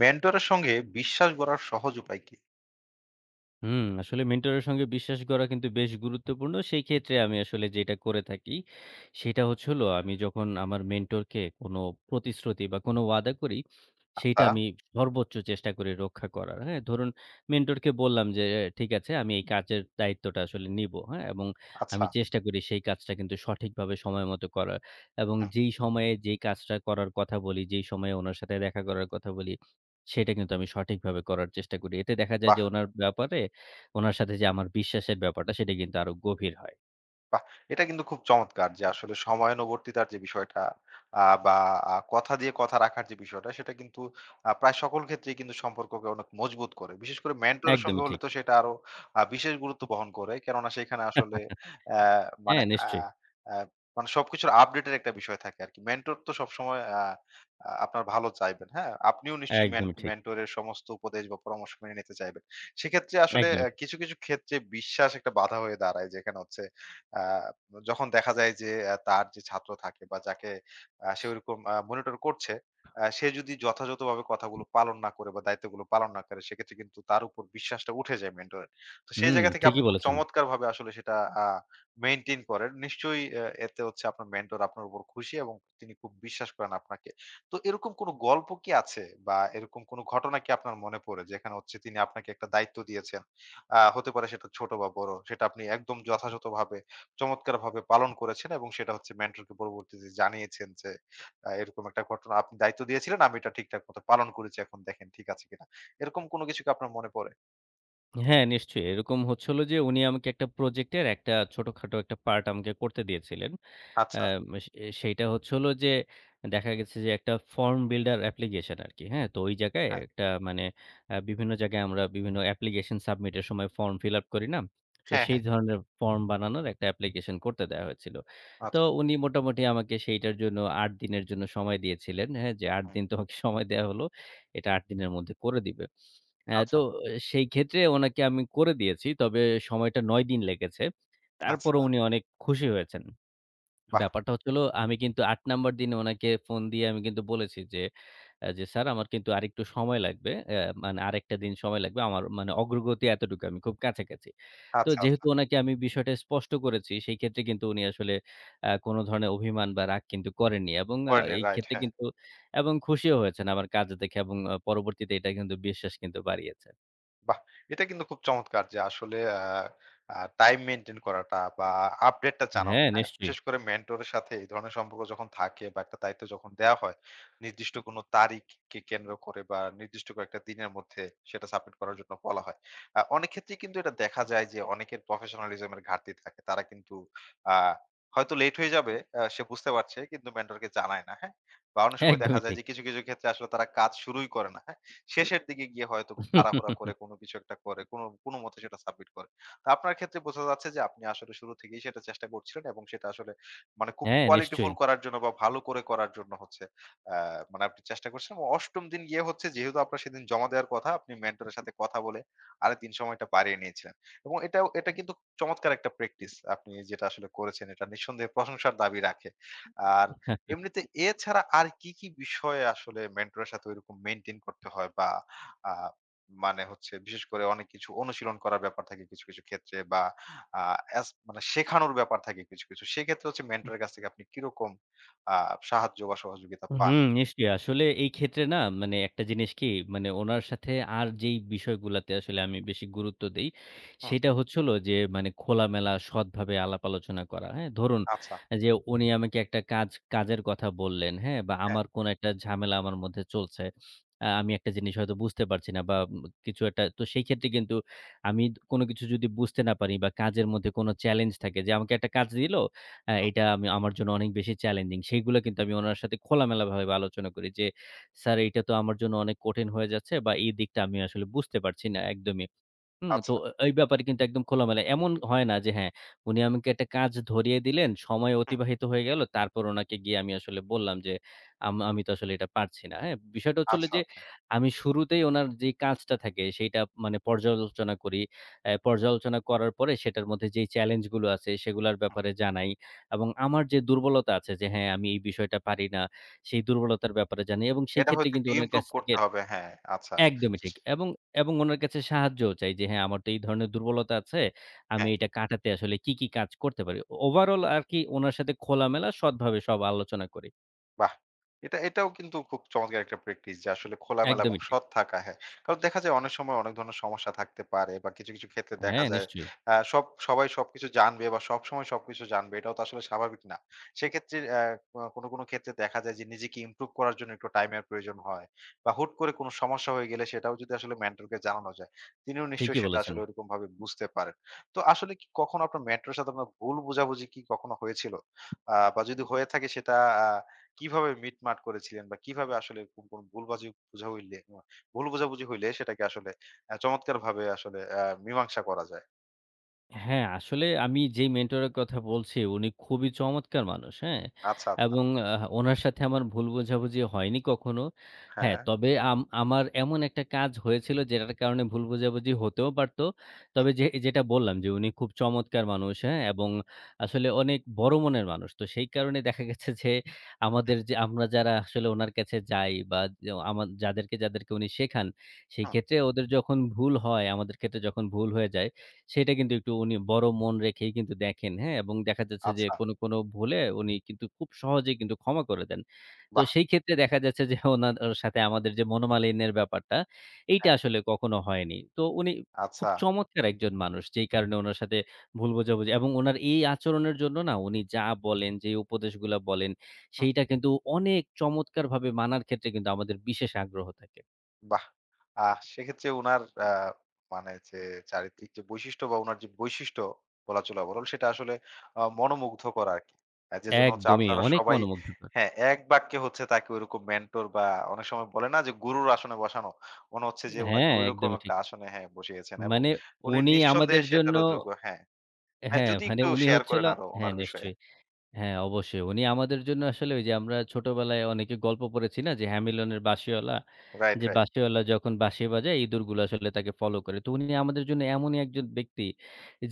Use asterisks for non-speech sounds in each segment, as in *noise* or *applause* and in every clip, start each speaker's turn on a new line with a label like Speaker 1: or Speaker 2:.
Speaker 1: মেন্টরের সঙ্গে বিশ্বাস গড়ার সহজ উপায় কি?
Speaker 2: আসলে মেন্টরের সঙ্গে বিশ্বাস গড়া কিন্তু বেশ গুরুত্বপূর্ণ। সেই ক্ষেত্রে আমি আসলে যেটা করে থাকি, সেটা হচ্ছে হলো আমি যখন আমার মেন্টরকে কোনো প্রতিশ্রুতি বা কোনো ওয়াদা করি, সেইটা
Speaker 1: আচ্ছা,
Speaker 2: আমি সর্বোচ্চ চেষ্টা করি রক্ষা করার। হ্যাঁ? ধরুন মেন্টরকে বললাম যে, "ঠিক আছে আমি এই কাজের দায়িত্বটা আসলে নিবো।" হ্যাঁ? এবং
Speaker 1: আচ্ছা।
Speaker 2: আমি চেষ্টা করি সেই কাজটা কিন্তু সঠিকভাবে সময় মতো করার। এবং
Speaker 1: হুম,
Speaker 2: যেই সময়ে যেই কাজটা করার কথা বলি, যেই সময়ে উনার সাথে দেখা করার কথা বলি, সেটা কিন্তু আমি সঠিকভাবে করার চেষ্টা করি। এতে দেখা যায়
Speaker 1: বাহ!
Speaker 2: যে উনার ব্যাপারে উনার সাথে যে আমার বিশ্বাসের ব্যাপারটা সেটা কিন্তু আরো গভীর হয়।
Speaker 1: বাহ! এটা কিন্তু খুব চমৎকার যে আসলে সময়ানুবর্তিতার যে বিষয়টা আ বা কথা দিয়ে কথা রাখার যে বিষয়টা সেটা কিন্তু প্রায় সকল ক্ষেত্রেই কিন্তু সম্পর্ককে অনেক মজবুত করে। বিশেষ করে মেন্টরের সঙ্গে
Speaker 2: একদমই
Speaker 1: হলে
Speaker 2: ঠিক।
Speaker 1: তো সেটা আরো বিশেষ গুরুত্ব বহন করে। কেননা সেখানে আসলে অ্যা মানে
Speaker 2: হ্যাঁ,
Speaker 1: আ
Speaker 2: নিশ্চয়ই।
Speaker 1: আ মানে সবকিছুর আপডেটের একটা বিষয় থাকে আরকি। মেন্টর তো সবসময় আ আ আপনার ভালো চাইবেন, হ্যাঁ? আপনিও নিশ্চয়ই
Speaker 2: একদমই ঠিক,
Speaker 1: মেন্টরের সমস্ত উপদেশ বা পরামর্শ মেনে নিতে চাইবেন। সেক্ষেত্রে আসলে
Speaker 2: একদমই ঠিক।
Speaker 1: কিছু, কিছু ক্ষেত্রে বিশ্বাস একটা বাধা হয়ে দাঁড়ায় যেখানে হচ্ছে আ যখন দেখা যায় যে তার যে ছাত্র থাকে বা যাকে সে ওইরকম মনিটর করছে, সে যদি যথাযথভাবে কথাগুলো পালন না করে বা দায়িত্বগুলো পালন না করে, সেক্ষেত্রে কিন্তু তার উপর বিশ্বাসটা উঠে যায় মেন্টরের। তো সেই
Speaker 2: হুম,
Speaker 1: জায়গা থেকে
Speaker 2: ঠিকই
Speaker 1: আপনি খুব
Speaker 2: বলেছেন।
Speaker 1: চমৎকারভাবে আসলে সেটা আ মেইনটেইন করেন। নিশ্চয়ই এতে হচ্ছে আপনার মেন্টর আপনার উপর খুশি এবং তিনি খুব বিশ্বাস করেন আপনাকে। তো এরকম কোনো গল্প কি আছে বা এরকম কোনো ঘটনা কি আপনার মনে পড়ে? যেখানে হচ্ছে তিনি আপনাকে একটা দায়িত্ব দিয়েছেন। হতে পারে সেটা ছোট বা বড়। সেটা আপনি একদম যথাযথভাবে চমৎকারভাবে পালন করেছেন এবং সেটা হচ্ছে মেন্টরকে পরবর্তীতে জানিয়েছেন যে এরকম একটা ঘটনা আপনি দায়িত্ব দিয়েছিলেন, আমি এটা ঠিকঠাক মতো পালন করেছি। এখন দেখেন ঠিক আছে কিনা। এরকম কোনো কিছু কি আপনার মনে পড়ে?
Speaker 2: হ্যাঁ, নিশ্চয়ই। এরকম হচ্ছে হলো যে উনি আমাকে একটা প্রজেক্টের একটা ছোটখাটো একটা পার্ট আমাকে করতে দিয়েছিলেন।
Speaker 1: আচ্ছা,
Speaker 2: অ্যাম সে সেইটা হচ্ছে হলো যে দেখা গেছে যে একটা ফর্ম বিল্ডার অ্যাপ্লিকেশন আরকি। হ্যাঁ? তো ওই জায়গায়
Speaker 1: হ্যাঁ।
Speaker 2: একটা মানে বিভিন্ন জায়গায় আমরা বিভিন্ন অ্যাপ্লিকেশন সাবমিট এর সময় ফর্ম ফিল আপ করি না? তো
Speaker 1: হ্যাঁ, হ্যাঁ।
Speaker 2: সেই ধরনের ফর্ম বানানোর একটা অ্যাপ্লিকেশন করতে দেয়া হয়েছিল। তো
Speaker 1: আচ্ছা।
Speaker 2: উনি মোটামুটি আমাকে সেইটার জন্য ৮ দিনের জন্য সময় দিয়েছিলেন। হ্যাঁ? যে ৮
Speaker 1: হুম।
Speaker 2: দিন তোমাকে সময় দেয়া হলো। এটা ৮ দিনের মধ্যে করে দিবে।
Speaker 1: আচ্ছা,
Speaker 2: তো সেই ক্ষেত্রে ওনাকে আমি করে দিয়েছি। তবে সময়টা ৯ দিন লেগেছে।
Speaker 1: আচ্ছা।
Speaker 2: তারপরও উনি অনেক খুশি হয়েছেন।
Speaker 1: বাহ!
Speaker 2: ব্যাপারটা হচ্ছে হলো আমি কিন্তু ৮ নাম্বার দিনে উনাকে ফোন দিয়ে আমি কিন্তু বলেছি যে, যে, "স্যার আমার কিন্তু আরেকটু সময় লাগবে। মানে আরেকটা দিন সময় লাগবে। আমার মানে অগ্রগতি এতটুকু, আমি খুব কাছাকাছি।" তো
Speaker 1: আচ্ছা, আচ্ছা।
Speaker 2: যেহেতু উনাকে আমি বিষয়টা স্পষ্ট করেছি, সেই ক্ষেত্রে কিন্তু উনি আসলে কোনো ধরনের অভিমান বা রাগ কিন্তু করেননি এবং
Speaker 1: করেনি
Speaker 2: এই
Speaker 1: রাইট
Speaker 2: ক্ষেত্রে
Speaker 1: হ্যাঁ।
Speaker 2: কিন্তু এবং খুশিও হয়েছেন আমার কাজ দেখে এবং পরবর্তীতে এটা কিন্তু বিশ্বাস কিন্তু বাড়িয়েছে।
Speaker 1: বাহ! এটা কিন্তু খুব চমৎকার যে আসলে আ আ টাইম মেইনটেইন করাটা বা আপডেটটা জানানো,
Speaker 2: হ্যাঁ,
Speaker 1: হ্যাঁ?
Speaker 2: নিশ্চয়ই।
Speaker 1: বিশেষ করে মেন্টরের সাথে এই ধরনের সম্পর্ক যখন থাকে বা একটা দায়িত্ব যখন দেয়া হয়, নির্দিষ্ট কোনো তারিখকে কেন্দ্র করে বা নির্দিষ্ট কয়েকটা দিনের মধ্যে সেটা সাবমিট করার জন্য বলা হয়। অনেক ক্ষেত্রেই কিন্তু এটা দেখা যায় যে অনেকের প্রফেশনালিজম এর ঘাটতি থাকে। তারা কিন্তু আ হয়তো লেট হয়ে যাবে, সে বুঝতে পারছে কিন্তু মেন্টরকে জানায় না, হ্যাঁ? বা অনেক সময় দেখা
Speaker 2: একদমই
Speaker 1: যায়
Speaker 2: ঠিক।
Speaker 1: যে কিছু, কিছু ক্ষেত্রে আসলে তারা কাজ শুরুই করে না। হ্যাঁ, শেষের দিকে গিয়ে হয়তো খুব তাড়াহুড়া করে
Speaker 2: *laughs*
Speaker 1: কোনো কিছু একটা করে, কোনো কোনোমতে সেটা সাবমিট করে। তো আপনার ক্ষেত্রে বোঝা যাচ্ছে যে আপনি আসলে শুরু থেকেই সেটা চেষ্টা করছিলেন এবং সেটা আসলে মানে খুব
Speaker 2: হ্যাঁ,
Speaker 1: কোয়ালিটিফুল
Speaker 2: নিশ্চয়ই।
Speaker 1: করার জন্য বা ভালো করে করার জন্য হচ্ছে আ মানে আপনি চেষ্টা করছেন এবং ৮ম দিন গিয়ে হচ্ছে যেহেতু আপনার সেদিন জমা দেওয়ার কথা, আপনি মেন্টরের সাথে কথা বলে আরেকদিন সময়টা বাড়িয়ে নিয়েছিলেন এবং এটা কিন্তু চমৎকার একটা প্র্যাকটিস। আপনি যেটা আসলে করেছেন এটা নিঃসন্দেহে প্রশংসার দাবি রাখে। আর এমনিতে এ ছাড়া আর কি, কি বিষয়ে আসলে মেন্টরের সাথে ঐরকম মেইনটেইন করতে হয়? বা আ মানে হচ্ছে বিশেষ করে অনেক কিছু অনুশীলন করার ব্যাপার থাকে কিছু, কিছু ক্ষেত্রে বা আ মানে শেখানোর ব্যাপার থাকে কিছু, কিছু। সেক্ষেত্রে হচ্ছে মেন্টরের কাছ থেকে আপনি কিরকম আ সাহায্য বা সহযোগিতা পান?
Speaker 2: হুম, নিশ্চয়ই। আসলে এই ক্ষেত্রে না মানে একটা জিনিস কি মানে উনার সাথে আর যেই বিষয়গুলাতে আসলে আমি বেশি গুরুত্ব দেই,
Speaker 1: হুম,
Speaker 2: সেটা হচ্ছে হলো যে মানে খোলামেলা সৎভাবে আলাপ আলোচনা করা। হ্যাঁ? ধরুন
Speaker 1: আচ্ছা।
Speaker 2: যে উনি আমাকে একটা কাজের কথা বললেন, হ্যাঁ? বা
Speaker 1: হ্যাঁ,
Speaker 2: আমার কোনো একটা ঝামেলা আমার মধ্যে চলছে। আমি একটা জিনিস হয়তো বুঝতে পারছি না বা কিছু একটা তো সেই ক্ষেত্রে কিন্তু আমি কোনো কিছু যদি বুঝতে না পারি বা কাজের মধ্যে কোনো চ্যালেঞ্জ থাকে যে আমাকে একটা কাজ দিল
Speaker 1: হুম,
Speaker 2: এটা আমি আমার জন্য অনেক বেশি চ্যালেঞ্জিং। সেইগুলো কিন্তু আমি উনার সাথে খোলামেলাভাবে আলোচনা করি যে, "স্যার এইটা তো আমার জন্য অনেক কঠিন হয়ে যাচ্ছে বা এই দিকটা আমি আসলে বুঝতে পারছি না একদমই।" হুম, তো
Speaker 1: আচ্ছা,
Speaker 2: এই ব্যাপারে কিন্তু একদম খোলামেলা। এমন হয় না যে হ্যাঁ, উনি আমাকে একটা কাজ ধরিয়ে দিলেন, সময়
Speaker 1: হুম,
Speaker 2: অতিবাহিত হয়ে গেল। তারপর উনাকে গিয়ে আমি আসলে বললাম যে, আমি তো আসলে এটা পারছি না। হ্যাঁ? বিষয়টা হচ্ছে হলো
Speaker 1: আচ্ছা,
Speaker 2: যে,
Speaker 1: আচ্ছা।
Speaker 2: আমি শুরুতেই উনার যে কাজটা থাকে সেইটা মানে পর্যালোচনা করি। পর্যালোচনা করার পরে সেটার মধ্যে যেই চ্যালেঞ্জ গুলো আছে সেগুলার
Speaker 1: হুম,
Speaker 2: ব্যাপারে জানাই এবং আমার যে দুর্বলতা আছে যে হ্যাঁ, আমি এই বিষয়টা পারি না, সেই দুর্বলতার ব্যাপারে জানাই এবং সেই
Speaker 1: এটা
Speaker 2: ক্ষেত্রে
Speaker 1: হয়তো
Speaker 2: কিন্তু
Speaker 1: একটু
Speaker 2: উনার
Speaker 1: ইমপ্রুভ
Speaker 2: কাছ থেকে
Speaker 1: করতে হবে। হ্যাঁ, আচ্ছা।
Speaker 2: একদমই ঠিক। এবং, এবং উনার কাছে সাহায্যও চাই যে হ্যাঁ, আমার তো এই ধরনের দুর্বলতা আছে। আমি
Speaker 1: হ্যাঁ।
Speaker 2: এটা কাটাতে আসলে কি, কি কাজ করতে পারি? ওভারঅল আরকি উনার সাথে খোলামেলা সৎভাবে সব আলোচনা করি।
Speaker 1: বাহ! এটাও কিন্তু খুব চমৎকার একটা প্র্যাকটিস যে আসলে খোলামেলা এবং
Speaker 2: একদমই ঠিক।
Speaker 1: সৎ থাকা, হ্যাঁ। কারণ দেখা যায় অনেক সময় অনেক ধরনের সমস্যা থাকতে পারে বা কিছু, কিছু ক্ষেত্রে দেখা
Speaker 2: হ্যাঁ,
Speaker 1: যায়
Speaker 2: নিশ্চয়ই।
Speaker 1: সবাই সবকিছু জানবে বা সবসময় সবকিছু জানবে এটাও তো আসলে স্বাভাবিক না। সেক্ষেত্রে কোনো, কোনো ক্ষেত্রে দেখা যায় যে নিজেকে ইমপ্রুভ করার জন্য একটু টাইমের প্রয়োজন হয় বা হুট করে কোনো সমস্যা হয়ে গেলে সেটাও যদি আসলে মেন্টরকে জানানো যায়, তিনিও নিশ্চয়ই
Speaker 2: ঠিকই
Speaker 1: সেটা
Speaker 2: বলেছেন।
Speaker 1: আসলে ওইরকমভাবে বুঝতে পারেন। তো আসলে কি কখনো আপনার মেন্টরের সাথে আপনার ভুল বোঝাবুঝি কি কখনো হয়েছিল? বা যদি হয়ে থাকে সেটা আ কিভাবে মিটমাট করেছিলেন বা কিভাবে আসলে কোন, কোন ভুল বোঝাবুঝি হইলে সেটাকে আসলে চমৎকারভাবে আসলে মীমাংসা করা যায়।
Speaker 2: হ্যাঁ, আসলে আমি যেই মেন্টরের কথা বলছি উনি খুবই চমৎকার মানুষ, হ্যাঁ?
Speaker 1: আচ্ছা, আচ্ছা।
Speaker 2: এবং উনার সাথে আমার ভুল বোঝাবুঝি হয়নি কখনো। হ্যাঁ,
Speaker 1: হ্যাঁ।
Speaker 2: তবে আমার এমন একটা কাজ হয়েছিল যেটার কারণে ভুল বোঝাবুঝি হতেও পারতো। তবে যেটা বললাম যে উনি খুব চমৎকার মানুষ, হ্যাঁ? এবং আসলে অনেক বড় মনের মানুষ। তো সেই কারণে দেখা গেছে যে আমাদের যে আমরা যারা আসলে উনার কাছে যাই বা যে আমা যাদেরকে, যাদেরকে উনি শেখান, সেই
Speaker 1: হুম।
Speaker 2: ক্ষেত্রে ওদের যখন ভুল হয়, আমাদের ক্ষেত্রে যখন ভুল হয়ে যায় সেটা কিন্তু একটু উনি বড় মন রেখেই কিন্তু দেখেন, হ্যাঁ? এবং দেখা যাচ্ছে যে
Speaker 1: আচ্ছা।
Speaker 2: কোনো, কোনো ভুলে উনি কিন্তু খুব সহজেই কিন্তু ক্ষমা করে দেন। তো
Speaker 1: বাহ!
Speaker 2: সেই ক্ষেত্রে দেখা যাচ্ছে যে ওর সাথে আমাদের যে মনোমালিন্যের ব্যাপারটা, এইটা
Speaker 1: হ্যাঁ।
Speaker 2: আসলে কখনো হয়নি। তো উনি
Speaker 1: আচ্ছা।
Speaker 2: খুব চমৎকার একজন মানুষ। যেই কারণে উনার সাথে ভুল বোঝাবুঝি এবং উনার এই আচরণের জন্য না উনি যা বলেন, যে উপদেশগুলা বলেন, সেইটা কিন্তু অনেক চমৎকারভাবে মানার ক্ষেত্রে কিন্তু আমাদের বিশেষ আগ্রহ থাকে।
Speaker 1: বাহ! সেক্ষেত্রে উনার মানে যে চারিত্রিক যে বৈশিষ্ট্য বা উনার যে বৈশিষ্ট্য বলা চলে ওভারঅল সেটা আসলে মনোমুগ্ধকর আরকি। যেজন্য হচ্ছে
Speaker 2: একদমই
Speaker 1: আপনারা
Speaker 2: অনেক
Speaker 1: সবাই
Speaker 2: মনোমুগ্ধকর।
Speaker 1: হ্যাঁ, এক বাক্যে হচ্ছে তাকে ঐরকম মেন্টর বা অনেক সময় বলে না যে গুরুর আসনে বসানো। মনে হচ্ছে যে উনাকে
Speaker 2: হ্যাঁ,
Speaker 1: ঐরকম
Speaker 2: একদমই
Speaker 1: একটা
Speaker 2: ঠিক।
Speaker 1: আসনে হ্যাঁ, বসিয়েছেন এবং
Speaker 2: মানে
Speaker 1: উনি
Speaker 2: উনি
Speaker 1: নিঃসন্দেহে
Speaker 2: আমাদের জন্য
Speaker 1: সেটারও যোগ্য। হ্যাঁ। হ্যাঁ,
Speaker 2: হ্যাঁ,
Speaker 1: যদি
Speaker 2: মানে
Speaker 1: একটু
Speaker 2: উনি
Speaker 1: শেয়ার
Speaker 2: হচ্ছে
Speaker 1: করেন
Speaker 2: হলো
Speaker 1: আরো
Speaker 2: হ্যাঁ,
Speaker 1: উনার বিষয়ে।
Speaker 2: নিশ্চয়ই। হ্যাঁ, অবশ্যই। উনি আমাদের জন্য আসলে ওই যে আমরা ছোটবেলায় অনেকে গল্প পড়েছি না যে 'হ্যামিলনের বাঁশিওয়ালা'।
Speaker 1: রাইট,
Speaker 2: যে
Speaker 1: রাইট।
Speaker 2: বাঁশিওয়ালা যখন বাঁশি বাজায় ইঁদুরগুলো আসলে তাকে ফলো করে। তো উনি আমাদের জন্য এমনই একজন ব্যক্তি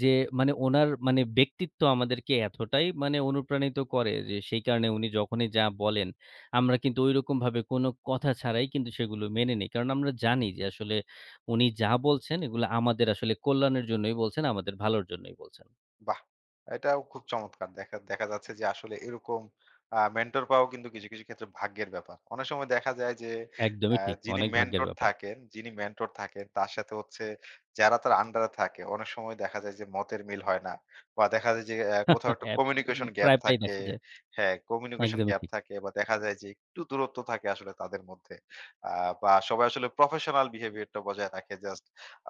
Speaker 2: যে মানে উনার মানে ব্যক্তিত্ব আমাদেরকে এতটাই মানে অনুপ্রাণিত করে যে সেই কারণে উনি যখনই যা বলেন আমরা কিন্তু ঐরকমভাবে কোনো কথা ছাড়াই কিন্তু সেগুলো মেনে নেই। কারণ আমরা জানি যে আসলে উনি যা বলছেন এগুলো আমাদের আসলে কল্যাণের জন্যই বলছেন, আমাদের ভালোর জন্যই বলছেন।
Speaker 1: বাহ! এটাও খুব চমৎকার। দেখা দেখা যাচ্ছে যে আসলে এরকম মেন্টর পাওয়াও কিন্তু কিছু, কিছু ক্ষেত্রে ভাগ্যের ব্যাপার। অনেক সময় দেখা যায় যে আ
Speaker 2: একদমই ঠিক। অনেক ভাগ্যের ব্যাপার।
Speaker 1: যিনি মেন্টর থাকেন তার সাথে হচ্ছে যারা তার আন্ডার এ থাকে অনেক সময় দেখা যায় যে মতের মিল হয় না। বা দেখা যায় যে কোথাও একটা
Speaker 2: অ্যাপ উম
Speaker 1: কমিউনিকেশন গ্যাপ
Speaker 2: প্রায়, প্রায়
Speaker 1: থাকে
Speaker 2: দেখা যায়।
Speaker 1: হ্যাঁ, কমিউনিকেশন
Speaker 2: একদমই
Speaker 1: গ্যাপ
Speaker 2: ঠিক,
Speaker 1: থাকে বা দেখা যায় যে একটু দূরত্ব থাকে আসলে তাদের মধ্যে। আ বা সবাই আসলে প্রফেশনাল বিহেভিয়ারটা বজায় রাখে জাস্ট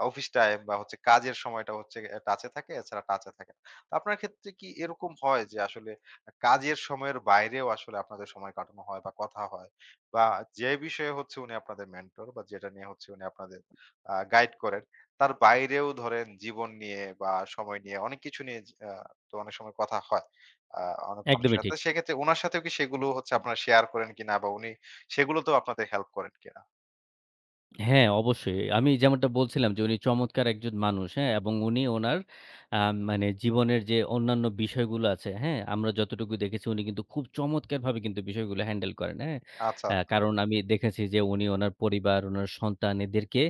Speaker 1: অফিস টাইম বা হচ্ছে কাজের সময়টা হচ্ছে টাচে থাকে, এছাড়া টাচে থাকে না। আপনার ক্ষেত্রে কি এরকম হয় যে আসলে কাজের সময়ের বাইরেও আসলে আপনাদের সময় কাটানো হয় বা কথা হয় বা যে বিষয়ে হচ্ছে উনি আপনাদের মেন্টর বা যেটা নিয়ে হচ্ছে উনি আপনাদের গাইড করেন তার বাইরেও ধরেন জীবন নিয়ে বা সময় নিয়ে অনেক কিছু নিয়ে তো অনেক সময় কথা হয় অনেক মানুষের
Speaker 2: একদমই
Speaker 1: সাথে
Speaker 2: ঠিক।
Speaker 1: সেক্ষেত্রে ওনার সাথেও কি সেগুলো হচ্ছে আপনারা শেয়ার করেন কিনা বা উনি সেগুলো তো আপনাদের হেল্প করেন কিনা?
Speaker 2: হ্যাঁ, অবশ্যই। আমি যেমনটা বলছিলাম যে উনি চমৎকার একজন মানুষ, হ্যাঁ? এবং উনি উনার আ মানে জীবনের যে অন্যান্য বিষয়গুলো আছে, হ্যাঁ? আমরা যতটুকু দেখেছি উনি কিন্তু খুব চমৎকারভাবে কিন্তু বিষয়গুলো হ্যান্ডেল করেন, হ্যাঁ?
Speaker 1: আচ্ছা আচ্ছা
Speaker 2: কারণ আমি দেখেছি যে উনি উনার পরিবার, উনার সন্তান এদেরকে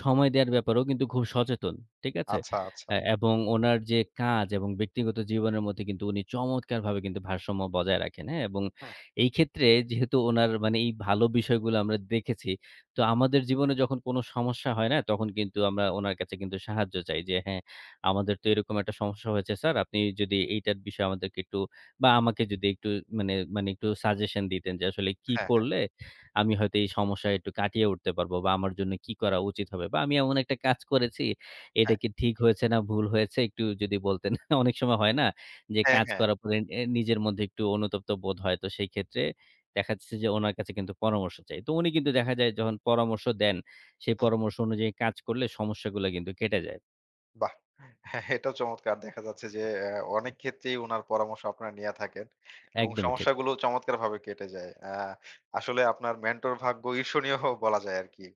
Speaker 2: সময় দেওয়ার ব্যাপারেও কিন্তু খুব সচেতন, ঠিক আছে?
Speaker 1: আচ্ছা আচ্ছা
Speaker 2: এবং উনার যে কাজ এবং ব্যক্তিগত জীবনের মধ্যে কিন্তু উনি চমৎকারভাবে কিন্তু ভারসাম্য বজায় রাখেন, হ্যাঁ? এবং
Speaker 1: হুম,
Speaker 2: এই ক্ষেত্রে যেহেতু উনার মানে এই ভালো বিষয়গুলো আমরা দেখেছি তো আমাদের জীবনে যখন কোনো সমস্যা হয় না, তখন কিন্তু আমরা উনার কাছে কিন্তু সাহায্য চাই যে, "হ্যাঁ, আমাদের তো এরকম একটা সমস্যা হয়েছে স্যার। আপনি যদি এইটার বিষয়ে আমাদেরকে একটু বা আমাকে যদি একটু মানে মানে একটু সাজেশন দিতেন যে আসলে কি
Speaker 1: হ্যাঁ হ্যাঁ
Speaker 2: করলে আমি হয়তো এই সমস্যা একটু কাটিয়ে উঠতে পারবো বা আমার জন্য কি করা উচিত হবে? বা আমি এমন একটা কাজ করেছি, এটা কি ঠিক হয়েছে না ভুল হয়েছে একটু যদি বলতেন।" *laughs* অনেক সময় হয় না যে
Speaker 1: হ্যাঁ
Speaker 2: কাজ
Speaker 1: হ্যাঁ
Speaker 2: করার পরে নিজের মধ্যে একটু অনুতপ্ত বোধ হয়। তো সেই ক্ষেত্রে দেখা যাচ্ছে যে ওনার কাছে কিন্তু পরামর্শ চাই। তো উনি কিন্তু দেখা যায় যখন পরামর্শ দেন, সেই
Speaker 1: হ্যাঁ
Speaker 2: পরামর্শ অনুযায়ী কাজ করলে সমস্যাগুলা কিন্তু কেটে যায়।
Speaker 1: বাহ! হ্যাঁ, এটাও চমৎকার। দেখা যাচ্ছে যে অনেক ক্ষেত্রেই উনার পরামর্শ আপনারা নিয়া থাকেন এবং
Speaker 2: একদমই ঠিক।
Speaker 1: সমস্যাগুলো চমৎকারভাবে কেটে যায়। আসলে আপনার মেন্টর ভাগ্য ঈর্ষণীয় *laughs* বলা যায় আরকি।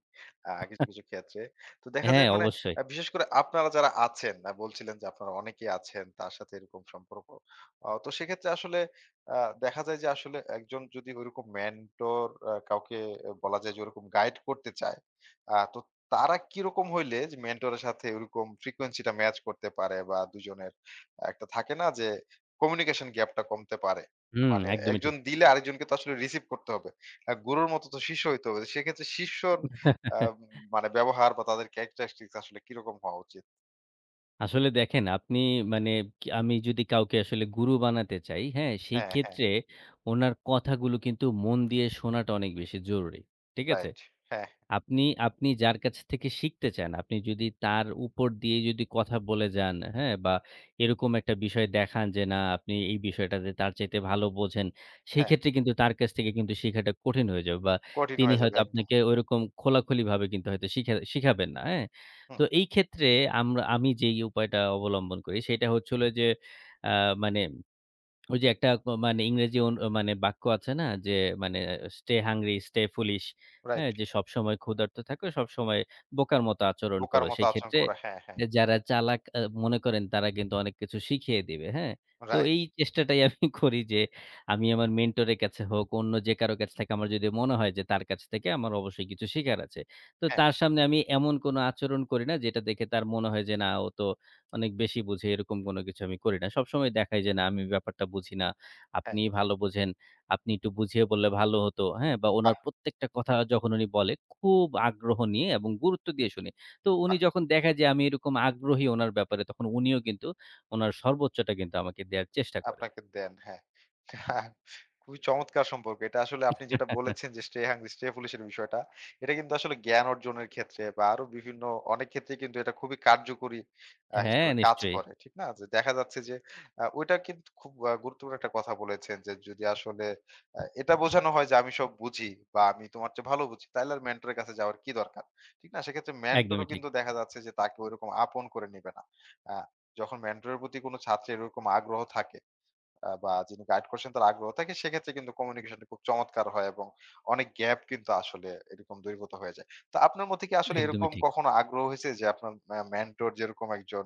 Speaker 1: কিছু, কিছু ক্ষেত্রে। তো দেখা
Speaker 2: হ্যাঁ,
Speaker 1: যায় মানে
Speaker 2: অবশ্যই।
Speaker 1: বিশেষ করে আপনারা যারা আছেন, বলছিলেন যে আপনারা অনেকেই আছেন তার সাথে এরকম সম্পর্ক। তো সেক্ষেত্রে আসলে আ দেখা যায় যে আসলে একজন যদি ওইরকম মেন্টর কাউকে বলা যায় যে ওরকম গাইড করতে চায়। তো তারা কিরকম হইলে যে মেন্টরের সাথে ওরকম ফ্রিকোয়েন্সিটা ম্যাচ করতে পারে বা দুজনের একটা থাকে না যে কমিউনিকেশন গ্যাপটা কমতে পারে।
Speaker 2: হুম,
Speaker 1: মানে
Speaker 2: একদমই
Speaker 1: একজন
Speaker 2: ঠিক।
Speaker 1: দিলে আরেকজনকে তো আসলে রিসিভ করতে হবে। গুরুর মতো তো শিষ্য হইতে হবে। সেক্ষেত্রে শিষ্যর আ
Speaker 2: *laughs*
Speaker 1: মানে ব্যবহার বা তাদের ক্যারেক্টারিস্টিকস আসলে কিরকম হওয়া উচিত?
Speaker 2: আসলে দেখেন আপনি মানে কি আমি যদি কাউকে আসলে গুরু বানাতে চাই, হ্যাঁ? সেই
Speaker 1: হ্যাঁ, হ্যাঁ।
Speaker 2: ক্ষেত্রে ওনার কথাগুলো কিন্তু মন দিয়ে শোনাটা অনেক বেশি জরুরি। ঠিক আছে?
Speaker 1: রাইট। হ্যাঁ,
Speaker 2: আপনি আপনি যার কাছ থেকে শিখতে চান, আপনি যদি তার উপর দিয়ে যদি কথা বলে যান, হ্যাঁ? বা এরকম একটা বিষয় দেখান যে না আপনি এই বিষয়টাতে তার চাইতে ভালো বোঝেন, সেই
Speaker 1: হ্যাঁ।
Speaker 2: ক্ষেত্রে কিন্তু তার কাছ থেকে কিন্তু শিখাটা কঠিন হয়ে যাবে বা
Speaker 1: কঠিন
Speaker 2: তিনি
Speaker 1: হয়ে যাবে
Speaker 2: হয়তো
Speaker 1: একদম।
Speaker 2: আপনাকে ঐরকম খোলাখুলিভাবে কিন্তু হয়তো শিখাবেন না, হ্যাঁ?
Speaker 1: হুম,
Speaker 2: তো এই ক্ষেত্রে আমি যেই উপায়টা অবলম্বন করি সেটা হচ্ছে হলো যে আ মানে ওই যে একটা মানে ইংরেজি মানে বাক্য আছে না? যে মানে "Stay hungry, stay foolish"
Speaker 1: right.
Speaker 2: হ্যাঁ? যে সবসময় ক্ষুধার্ত থাকো, সবসময় বোকার মতো আচরণ
Speaker 1: বোকার
Speaker 2: করো।
Speaker 1: মতো
Speaker 2: সেই
Speaker 1: আচরণ
Speaker 2: ক্ষেত্রে
Speaker 1: করা। হ্যাঁ, হ্যাঁ।
Speaker 2: যারা চালাক মনে করেন তারা কিন্তু অনেক কিছু শিখিয়ে দিবে, হ্যাঁ? তো
Speaker 1: রাইট।
Speaker 2: এই চেষ্টাটাই আমি *laughs* করি যে আমি আমার মেন্টরের কাছে হোক, অন্য যে কারো কাছ থেকে আমার যদি মনে হয় যে তার কাছ থেকে আমার অবশ্যই কিছু শিখার আছে। তো
Speaker 1: হ্যাঁ,
Speaker 2: তার সামনে আমি এমন কোনো আচরণ করি না যেটা দেখে তার মনে হয় যে না ও তো অনেক বেশি বুঝি এরকম কোনো কিছু আমি করি না। সবসময় দেখাই যে না আমি ব্যাপারটা বুঝি না।
Speaker 1: হ্যাঁ।
Speaker 2: আপনিই ভালো বোঝেন। আপনি একটু বুঝিয়ে বললে ভালো হতো। হ্যাঁ? বা উনার
Speaker 1: বাহ!
Speaker 2: প্রত্যেকটা কথা যখন উনি বলে খুব
Speaker 1: হুম,
Speaker 2: আগ্রহ নিয়ে এবং গুরুত্ব দিয়ে শুনি। তো উনি
Speaker 1: বাহ!
Speaker 2: যখন দেখে যে আমি এরকম আগ্রহী উনার ব্যাপারে তখন উনিও কিন্তু উনার সর্বোচ্চটা কিন্তু আমাকে দেয়ার চেষ্টা করে।
Speaker 1: আপনাকে দেন। হ্যাঁ। *laughs* খুবই চমৎকার সম্পর্ক। এটা আসলে আপনি যেটা বলেছেন
Speaker 2: *laughs*
Speaker 1: যে stay hungry, stay foolish এর বিষয়টা। এটা কিন্তু আসলে জ্ঞান অর্জনের ক্ষেত্রে বা আরো বিভিন্ন অনেক ক্ষেত্রেই কিন্তু এটা খুবই কার্যকরী
Speaker 2: হ্যাঁ,
Speaker 1: হিসেবে কাজ
Speaker 2: নিশ্চয়ই।
Speaker 1: করে। ঠিক না? যে দেখা যাচ্ছে যে ওইটা কিন্তু খুব গুরুত্বপূর্ণ একটা কথা বলেছেন যে যদি আসলে এটা বোঝানো হয় যে আমি সব বুঝি বা আমি তোমার চেয়ে ভালো বুঝি, তাইলে আর মেন্টর এর কাছে যাওয়ার কি দরকার? ঠিক না? সেক্ষেত্রে মেন্টরও
Speaker 2: একদমই ঠিক,
Speaker 1: কিন্তু দেখা যাচ্ছে যে তাকে ঐরকম আপন করে নিবে না। আ যখন মেন্টরের প্রতি কোনো ছাত্রের এরকম আগ্রহ থাকে বা যিনি গাইড করছেন তার আগ্রহ থাকে, সেক্ষেত্রে কিন্তু কমিউনিকেশনটা খুব চমৎকার হয় এবং অনেক গ্যাপ কিন্তু আসলে এরকম দূরীভূত হয়ে যায়। তো আপনার মধ্যে কি আসলে
Speaker 2: একদমই
Speaker 1: এরকম
Speaker 2: ঠিক।
Speaker 1: কখনো আগ্রহ হয়েছে যে আপনার মেন্টর যেরকম একজন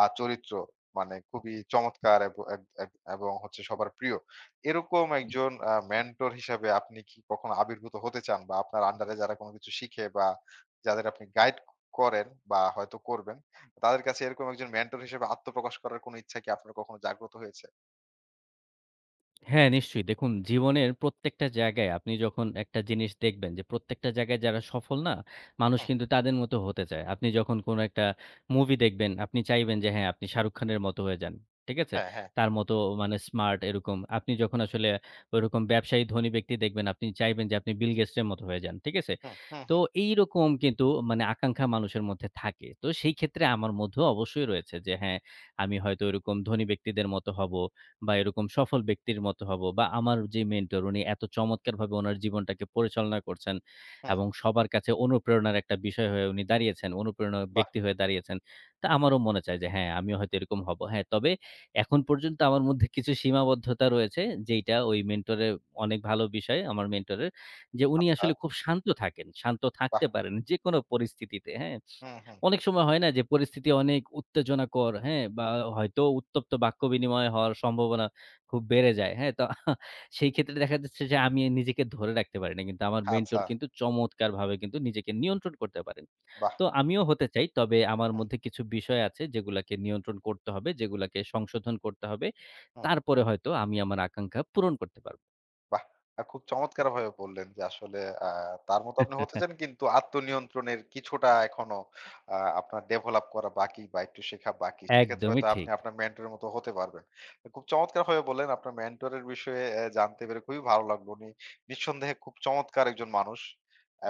Speaker 1: চরিত্র মানে খুবই চমৎকার এব এব এব এবং হচ্ছে সবার প্রিয়। এরকম একজন মেন্টর হিসাবে আপনি কি কখনো আবির্ভূত হতে চান বা আপনার আন্ডারে যারা কোনো কিছু শিখে বা যাদের আপনি গাইড করেন বা হয়তো করবেন, তাদের কাছে এরকম একজন মেন্টর হিসেবে আত্মপ্রকাশ করার কোনো ইচ্ছা কি আপনার কখনো জাগ্রত হয়েছে?
Speaker 2: হ্যাঁ, নিশ্চয়ই। দেখুন জীবনের প্রত্যেকটা জায়গায় আপনি যখন একটা জিনিস দেখবেন যে প্রত্যেকটা জায়গায় যারা সফল না, মানুষ কিন্তু তাদের মতো হতে চায়। আপনি যখন কোনো একটা মুভি দেখবেন, আপনি চাইবেন যে হ্যাঁ, আপনি শাহরুখ খানের মতো হয়ে যান। ঠিক আছে?
Speaker 1: হ্যাঁ, হ্যাঁ।
Speaker 2: তার মতো মানে স্মার্ট এরকম। আপনি যখন আসলে ওইরকম ব্যবসায়ী ধনী ব্যক্তি দেখবেন, আপনি চাইবেন যে আপনি বিল গেটস এর মতো হয়ে যান। ঠিক আছে?
Speaker 1: হুম, হুম,
Speaker 2: তো
Speaker 1: হুম,
Speaker 2: এইরকম কিন্তু মানে আকাঙ্খা মানুষের মধ্যে থাকে। তো সেই ক্ষেত্রে আমার মধ্যেও অবশ্যই রয়েছে যে হ্যাঁ, আমি হয়তো ওইরকম ধনী ব্যক্তিদের মতো হব। বা এরকম সফল ব্যক্তির মতো হব বা আমার যে মেন্টর উনি এত চমৎকারভাবে উনার জীবনটাকে পরিচালনা করছেন
Speaker 1: হুম।
Speaker 2: এবং সবার কাছে অনুপ্রেরণার একটা বিষয় হয়ে উনি দাঁড়িয়েছেন, অনুপ্রেরণা
Speaker 1: বাহ!
Speaker 2: ব্যক্তি হয়ে দাঁড়িয়েছেন। তা
Speaker 1: হুম,
Speaker 2: আমারও মনে চায় যে হ্যাঁ, আমিও হয়তো এরকম হব। হ্যাঁ, তবে এখন পর্যন্ত আমার মধ্যে কিছু সীমাবদ্ধতা রয়েছে যেইটা ওই মেন্টরের অনেক ভালো বিষয় আমার মেন্টরের যে উনি
Speaker 1: আচ্ছা,
Speaker 2: আসলে খুব শান্ত থাকেন। শান্ত
Speaker 1: বাহ!
Speaker 2: থাকতে পারেন যেকোনো পরিস্থিতিতে, হ্যাঁ?
Speaker 1: হুম, হুম।
Speaker 2: অনেক সময় হয় না যে পরিস্থিতি অনেক উত্তেজনাকর, হ্যাঁ? বা হয়তো উত্তপ্ত বাক্য বিনিময় হওয়ার সম্ভাবনা খুব বেড়ে যায়, হ্যাঁ? তো *laughs* সেই ক্ষেত্রে দেখা যাচ্ছে যে আমি নিজেকে ধরে রাখতে পারি না। কিন্তু আমার মেন্টর
Speaker 1: আচ্ছা,
Speaker 2: কিন্তু চমৎকারভাবে কিন্তু নিজেকে নিয়ন্ত্রণ করতে পারেন।
Speaker 1: বাহ!
Speaker 2: তো আমিও হতে চাই। তবে আমার
Speaker 1: হুম,
Speaker 2: মধ্যে কিছু বিষয় আছে যেগুলাকে নিয়ন্ত্রণ করতে হবে, যেগুলাকে সংশোধন করতে হবে।
Speaker 1: হুম।
Speaker 2: তারপরে হয়তো আমি আমার আকাঙ্ক্ষা পূরণ করতে পারব।
Speaker 1: বাহ! খুব চমৎকারভাবে বললেন যে আসলে আ তার মতো আপনি হতে চান
Speaker 2: *laughs*
Speaker 1: কিন্তু আত্মনিয়ন্ত্রণের কিছুটা এখনো আপনার ডেভেলপ করা বাকি বা একটু শেখা বাকি। সেক্ষেত্রে
Speaker 2: একদমই
Speaker 1: হয়তো আপনি
Speaker 2: ঠিক,
Speaker 1: আপনার মেন্টরের মতো হতে পারবেন। খুব চমৎকারভাবে বললেন আপনার মেন্টরের বিষয়ে জানতে পেরে খুবই ভালো লাগলো। উনি নিঃসন্দেহে খুব চমৎকার একজন মানুষ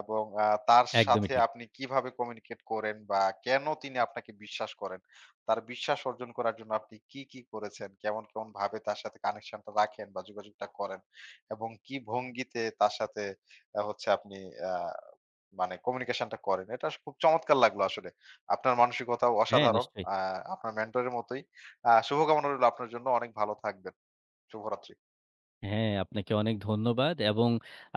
Speaker 1: এবং তার
Speaker 2: একদমই
Speaker 1: সাথে
Speaker 2: ঠিক।
Speaker 1: আপনি কিভাবে কমিউনিকেট করেন বা কেন তিনি আপনাকে বিশ্বাস করেন? তার বিশ্বাস অর্জন করার জন্য আপনি কি, কি করেছেন? কেমন, কেমন ভাবে তার সাথে কানেকশনটা রাখেন বা যোগাযোগটা করেন? এবং কি ভঙ্গিতে তার সাথে হচ্ছে আপনি আ মানে কমিউনিকেশনটা করেন। এটা খুব চমৎকার লাগলো আসলে। আপনার মানসিকতাও
Speaker 2: হ্যাঁ,
Speaker 1: অসাধারণ।
Speaker 2: নিশ্চয়ই।
Speaker 1: আ আপনার মেন্টরের মতোই। শুভকামনা রইলো আপনার জন্য। অনেক ভালো থাকবেন। শুভরাত্রি।
Speaker 2: হ্যাঁ, আপনাকে অনেক ধন্যবাদ এবং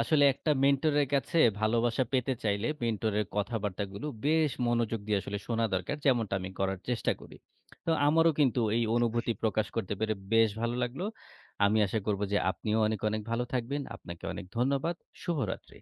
Speaker 2: আসলে একটা মেন্টরের কাছে ভালোবাসা পেতে চাইলে মেন্টরের কথাবার্তাগুলো বেশ মনোযোগ দিয়ে আসলে শোনা দরকার। যেমনটা আমি করার চেষ্টা করি। তো আমারও কিন্তু এই অনুভূতি প্রকাশ করতে পেরে বেশ ভালো লাগলো। আমি আশা করব যে আপনিও অনেক, অনেক ভালো থাকবেন। আপনাকে অনেক ধন্যবাদ। শুভরাত্রি।